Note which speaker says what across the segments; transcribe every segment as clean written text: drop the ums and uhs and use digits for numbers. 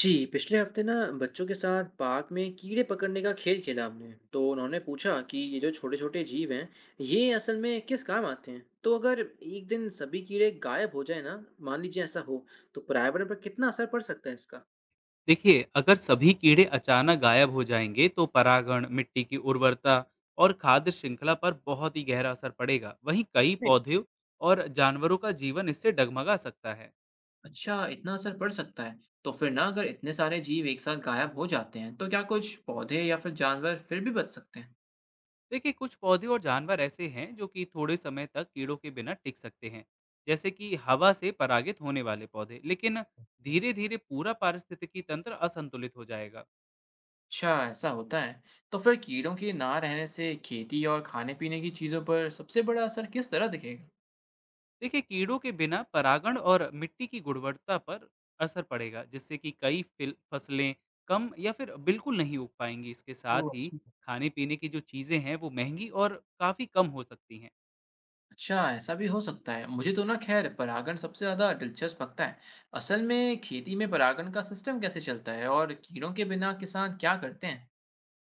Speaker 1: जी पिछले हफ्ते ना बच्चों के साथ पार्क में कीड़े पकड़ने का खेल खेला हमने। तो उन्होंने पूछा कि ये जो छोटे छोटे जीव हैं, ये असल में किस काम आते हैं। तो अगर एक दिन सभी कीड़े गायब हो जाए ना, मान लीजिए ऐसा हो, तो पर्यावरण पर कितना असर पड़ सकता है इसका।
Speaker 2: देखिए, अगर सभी कीड़े अचानक गायब हो जाएंगे तो परागण, मिट्टी की उर्वरता और खाद्य श्रृंखला पर बहुत ही गहरा असर पड़ेगा। वहीं कई
Speaker 1: नहीं।
Speaker 2: पौधे और जानवरों का जीवन इससे डगमगा सकता है।
Speaker 1: अच्छा, इतना असर पड़ सकता है? तो फिर ना, अगर इतने सारे जीव एक साथ गायब हो जाते हैं, तो क्या कुछ पौधे या फिर जानवर फिर भी बच सकते हैं?
Speaker 2: देखिए, कुछ पौधे और जानवर ऐसे हैं जो कि थोड़े समय तक कीड़ों के बिना टिक सकते हैं, जैसे कि हवा से परागित होने वाले पौधे, लेकिन धीरे धीरे पूरा पारिस्थितिकी तंत्र असंतुलित हो जाएगा।
Speaker 1: अच्छा, ऐसा होता है। तो फिर कीड़ों के ना रहने से खेती और खाने पीने की चीजों पर सबसे बड़ा असर किस तरह दिखेगा?
Speaker 2: देखिए, कीड़ों के बिना परागण और मिट्टी की गुणवत्ता पर असर पड़ेगा, जिससे कि कई फसलें कम या फिर बिल्कुल नहीं उग पाएंगी। इसके साथ
Speaker 1: ओह!
Speaker 2: ही
Speaker 1: अच्छा।
Speaker 2: खाने पीने की जो चीज़ें हैं वो महंगी और काफ़ी कम हो सकती हैं।
Speaker 1: अच्छा, ऐसा भी हो सकता है। मुझे तो ना ख़ैर परागण सबसे ज़्यादा दिलचस्प लगता है। असल में खेती में परागण का सिस्टम कैसे चलता है, और कीड़ों के बिना किसान क्या करते हैं?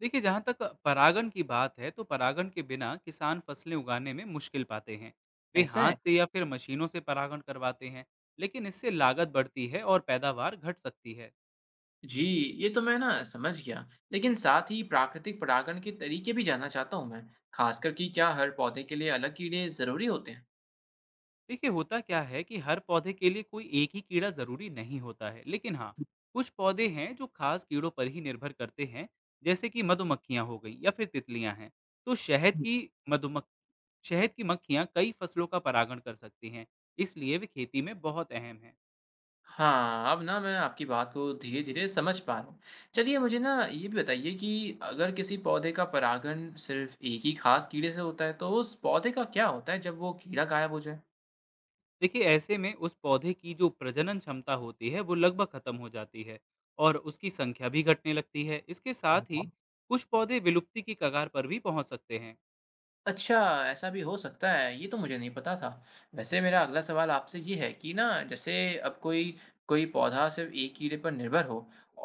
Speaker 2: देखिए, जहाँ तक परागण की बात है, तो परागण के बिना किसान फसलें उगाने में मुश्किल पाते हैं। वे
Speaker 1: ऐसा
Speaker 2: हाथ
Speaker 1: है?
Speaker 2: से या फिर मशीनों से परागण करवाते हैं, लेकिन इससे लागत बढ़ती है और पैदावार घट सकती है।
Speaker 1: जी, ये तो मैं ना समझ गया। लेकिन साथ ही प्राकृतिक परागण के तरीके भी जानना चाहता हूँ मैं। ख़ासकर कि क्या हर पौधे के लिए अलग कीड़े ज़रूरी होते हैं?
Speaker 2: देखिए, होता क्या है कि हर पौधे के लिए कोई एक ही कीड़ा जरूरी नहीं होता है, लेकिन हाँ, कुछ पौधे हैं जो खास कीड़ों पर ही निर्भर करते हैं। जैसे कि मधुमक्खियां हो गई या फिर तितलियां हैं। तो मधुमक्ख शहद की मक्खियां कई फसलों का परागण कर सकती हैं, इसलिए वे खेती में बहुत अहम हैं।
Speaker 1: हाँ, अब ना मैं आपकी बात को धीरे-धीरे समझ पा रहा हूँ। चलिए मुझे ना ये भी बताइए कि अगर किसी पौधे का परागण सिर्फ़ एक ही ख़ास कीड़े से होता है, तो उस पौधे का क्या होता है जब वो कीड़ा गायब हो जाए?
Speaker 2: देखिए, ऐसे में उस पौधे की जो प्रजनन क्षमता होती है वो लगभग खत्म हो जाती है, और उसकी संख्या भी घटने लगती है। इसके साथ ही
Speaker 1: समझा।
Speaker 2: कुछ पौधे विलुप्ति की कगार पर भी पहुंच सकते हैं।
Speaker 1: अच्छा, ऐसा भी हो सकता है, ये तो मुझे नहीं पता था। वैसे मेरा अगला सवाल आपसे ये है कि ना, जैसे अब कोई कोई पौधा सिर्फ़ एक कीड़े पर निर्भर हो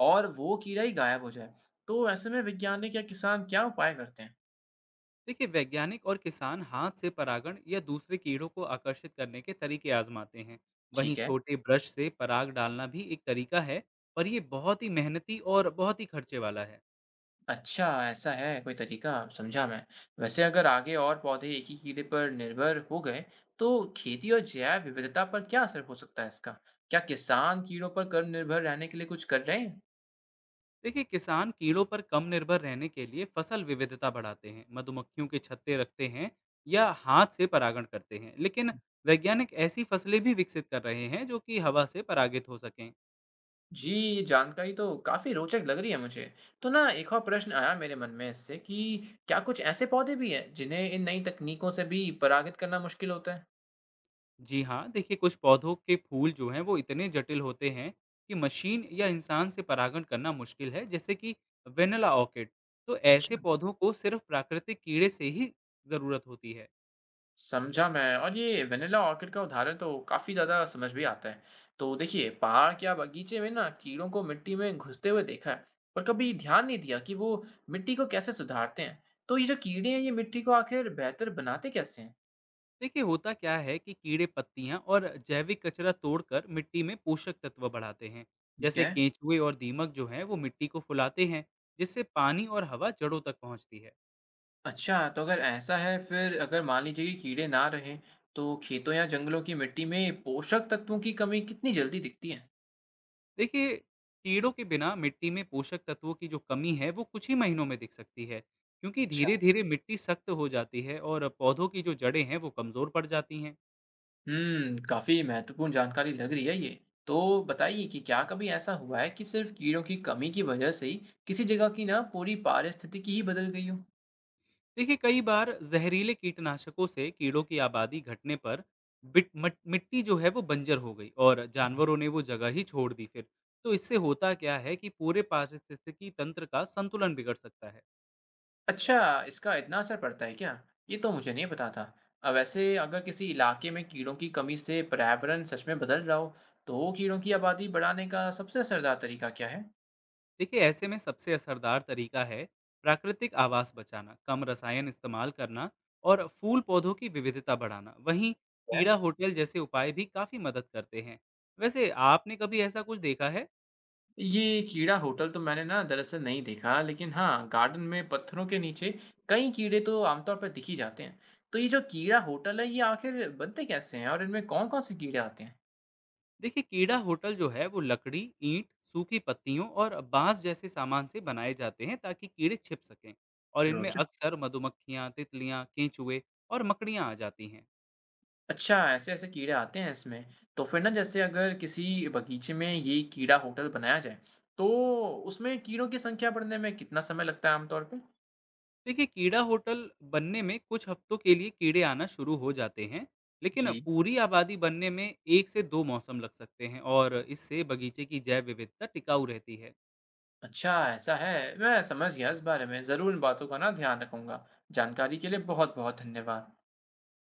Speaker 1: और वो कीड़ा ही गायब हो जाए, तो ऐसे में वैज्ञानिक या किसान क्या उपाय करते हैं?
Speaker 2: देखिए, वैज्ञानिक और किसान हाथ से परागण या दूसरे कीड़ों को आकर्षित करने के तरीके आजमाते हैं। वहीं
Speaker 1: ठीक है।
Speaker 2: छोटे ब्रश से पराग डालना भी एक तरीका है, पर यह बहुत ही मेहनती और बहुत ही खर्चे वाला है।
Speaker 1: अच्छा, ऐसा है कोई तरीका, समझा मैं। वैसे अगर आगे और पौधे एक ही कीड़े पर निर्भर हो गए, तो खेती और जैव विविधता पर क्या असर हो सकता है इसका? क्या किसान कीड़ों पर कर निर्भर रहने के लिए कुछ कर रहे हैं?
Speaker 2: देखिए, किसान कीड़ों पर कम निर्भर रहने के लिए फसल विविधता बढ़ाते हैं, मधुमक्खियों के छत्ते रखते हैं, या हाथ से परागण करते हैं। लेकिन वैज्ञानिक ऐसी फसलें भी विकसित कर रहे हैं जो कि हवा से परागित हो सकें।
Speaker 1: जी, ये जानकारी तो काफ़ी रोचक लग रही है मुझे। तो ना एक और प्रश्न आया मेरे मन में इससे कि क्या कुछ ऐसे पौधे भी हैं जिन्हें इन नई तकनीकों से भी परागित करना मुश्किल होता है?
Speaker 2: जी हाँ, देखिए, कुछ पौधों के फूल जो हैं वो इतने जटिल होते हैं कि मशीन या इंसान से परागण करना मुश्किल है, जैसे कि वेनिला ऑर्किड। तो ऐसे
Speaker 1: अच्छा।
Speaker 2: पौधों को सिर्फ प्राकृतिक कीड़े से ही ज़रूरत होती है।
Speaker 1: समझा मैं। और ये वेनिला ऑर्किड का उदाहरण तो काफी ज्यादा समझ भी आता है। तो देखिए, पार्क या बगीचे में ना कीड़ों को मिट्टी में घुसते हुए देखा है, पर कभी ध्यान नहीं दिया कि वो मिट्टी को कैसे सुधारते हैं। तो ये जो कीड़े हैं, ये मिट्टी को आखिर बेहतर बनाते कैसे हैं?
Speaker 2: देखिए, होता क्या है कि कीड़े पत्तियाँ और जैविक कचरा तोड़कर मिट्टी में पोषक तत्व बढ़ाते हैं।
Speaker 1: ठीक
Speaker 2: जैसे
Speaker 1: है।
Speaker 2: केंचुए और दीमक जो हैं वो मिट्टी को फुलाते हैं, जिससे पानी और हवा जड़ों तक पहुँचती है।
Speaker 1: अच्छा, तो अगर ऐसा है, फिर अगर मान लीजिए कि कीड़े ना रहें, तो खेतों या जंगलों की मिट्टी में पोषक तत्वों की कमी कितनी जल्दी दिखती है?
Speaker 2: देखिए, कीड़ों के बिना मिट्टी में पोषक तत्वों की जो कमी है वो कुछ ही महीनों में दिख सकती है, क्योंकि
Speaker 1: अच्छा।
Speaker 2: धीरे धीरे मिट्टी सख्त हो जाती है और पौधों की जो जड़ें हैं वो कमजोर पड़ जाती हैं।
Speaker 1: हम्म, काफी महत्वपूर्ण जानकारी लग रही है ये। तो बताइए कि क्या कभी ऐसा हुआ है कि सिर्फ कीड़ों की कमी की वजह से ही किसी जगह की ना पूरी पारिस्थितिकी ही बदल गई हो?
Speaker 2: देखिए, कई बार जहरीले कीटनाशकों से कीड़ों की आबादी घटने पर मिट्टी जो है वो बंजर हो गई और जानवरों ने वो जगह ही छोड़ दी। फिर तो इससे होता क्या है कि पूरे पारिस्थितिकी तंत्र का संतुलन बिगड़ सकता है।
Speaker 1: अच्छा, इसका इतना असर पड़ता है क्या? ये तो मुझे नहीं पता था। अब वैसे अगर किसी इलाके में कीड़ों की कमी से पर्यावरण सच में बदल रहा हो, तो कीड़ों की आबादी बढ़ाने का सबसे असरदार तरीका क्या है?
Speaker 2: देखिए, ऐसे में सबसे असरदार तरीका है प्राकृतिक आवास बचाना, कम रसायन इस्तेमाल करना और फूल पौधों की विविधता बढ़ाना। वहीं कीड़ा होटल जैसे उपाय भी काफ़ी मदद करते हैं। वैसे आपने कभी ऐसा कुछ देखा है?
Speaker 1: ये कीड़ा होटल तो मैंने ना दरअसल नहीं देखा, लेकिन हाँ, गार्डन में पत्थरों के नीचे कई कीड़े तो आमतौर पर दिख ही जाते हैं। तो ये जो कीड़ा होटल है, ये आखिर बनते कैसे हैं और इनमें कौन कौन से कीड़े आते हैं?
Speaker 2: देखिए, कीड़ा होटल जो है वो लकड़ी, ईंट, सूखी पत्तियों और बांस जैसे सामान से बनाए जाते हैं, ताकि कीड़े छिप सकें। और इनमें
Speaker 1: रोचक।
Speaker 2: अक्सर मधुमक्खियाँ, तितलियाँ, केंचुए और मकड़ियाँ आ जाती हैं।
Speaker 1: अच्छा, ऐसे ऐसे कीड़े आते हैं इसमें। तो फिर ना, जैसे अगर किसी बगीचे में ये कीड़ा होटल बनाया जाए, तो उसमें कीड़ों की संख्या बढ़ने में कितना समय लगता है आमतौर पे?
Speaker 2: देखिए, कीड़ा होटल बनने में कुछ हफ्तों के लिए कीड़े आना शुरू हो जाते हैं, लेकिन
Speaker 1: जी।
Speaker 2: पूरी आबादी बनने में 1 से 2 मौसम लग सकते हैं, और इससे बगीचे की जैव विविधता टिकाऊ रहती है।
Speaker 1: अच्छा, ऐसा है। मैं समझ गया, इस बारे में ज़रूर इन बातों का ना ध्यान रखूंगा। जानकारी के लिए बहुत बहुत धन्यवाद।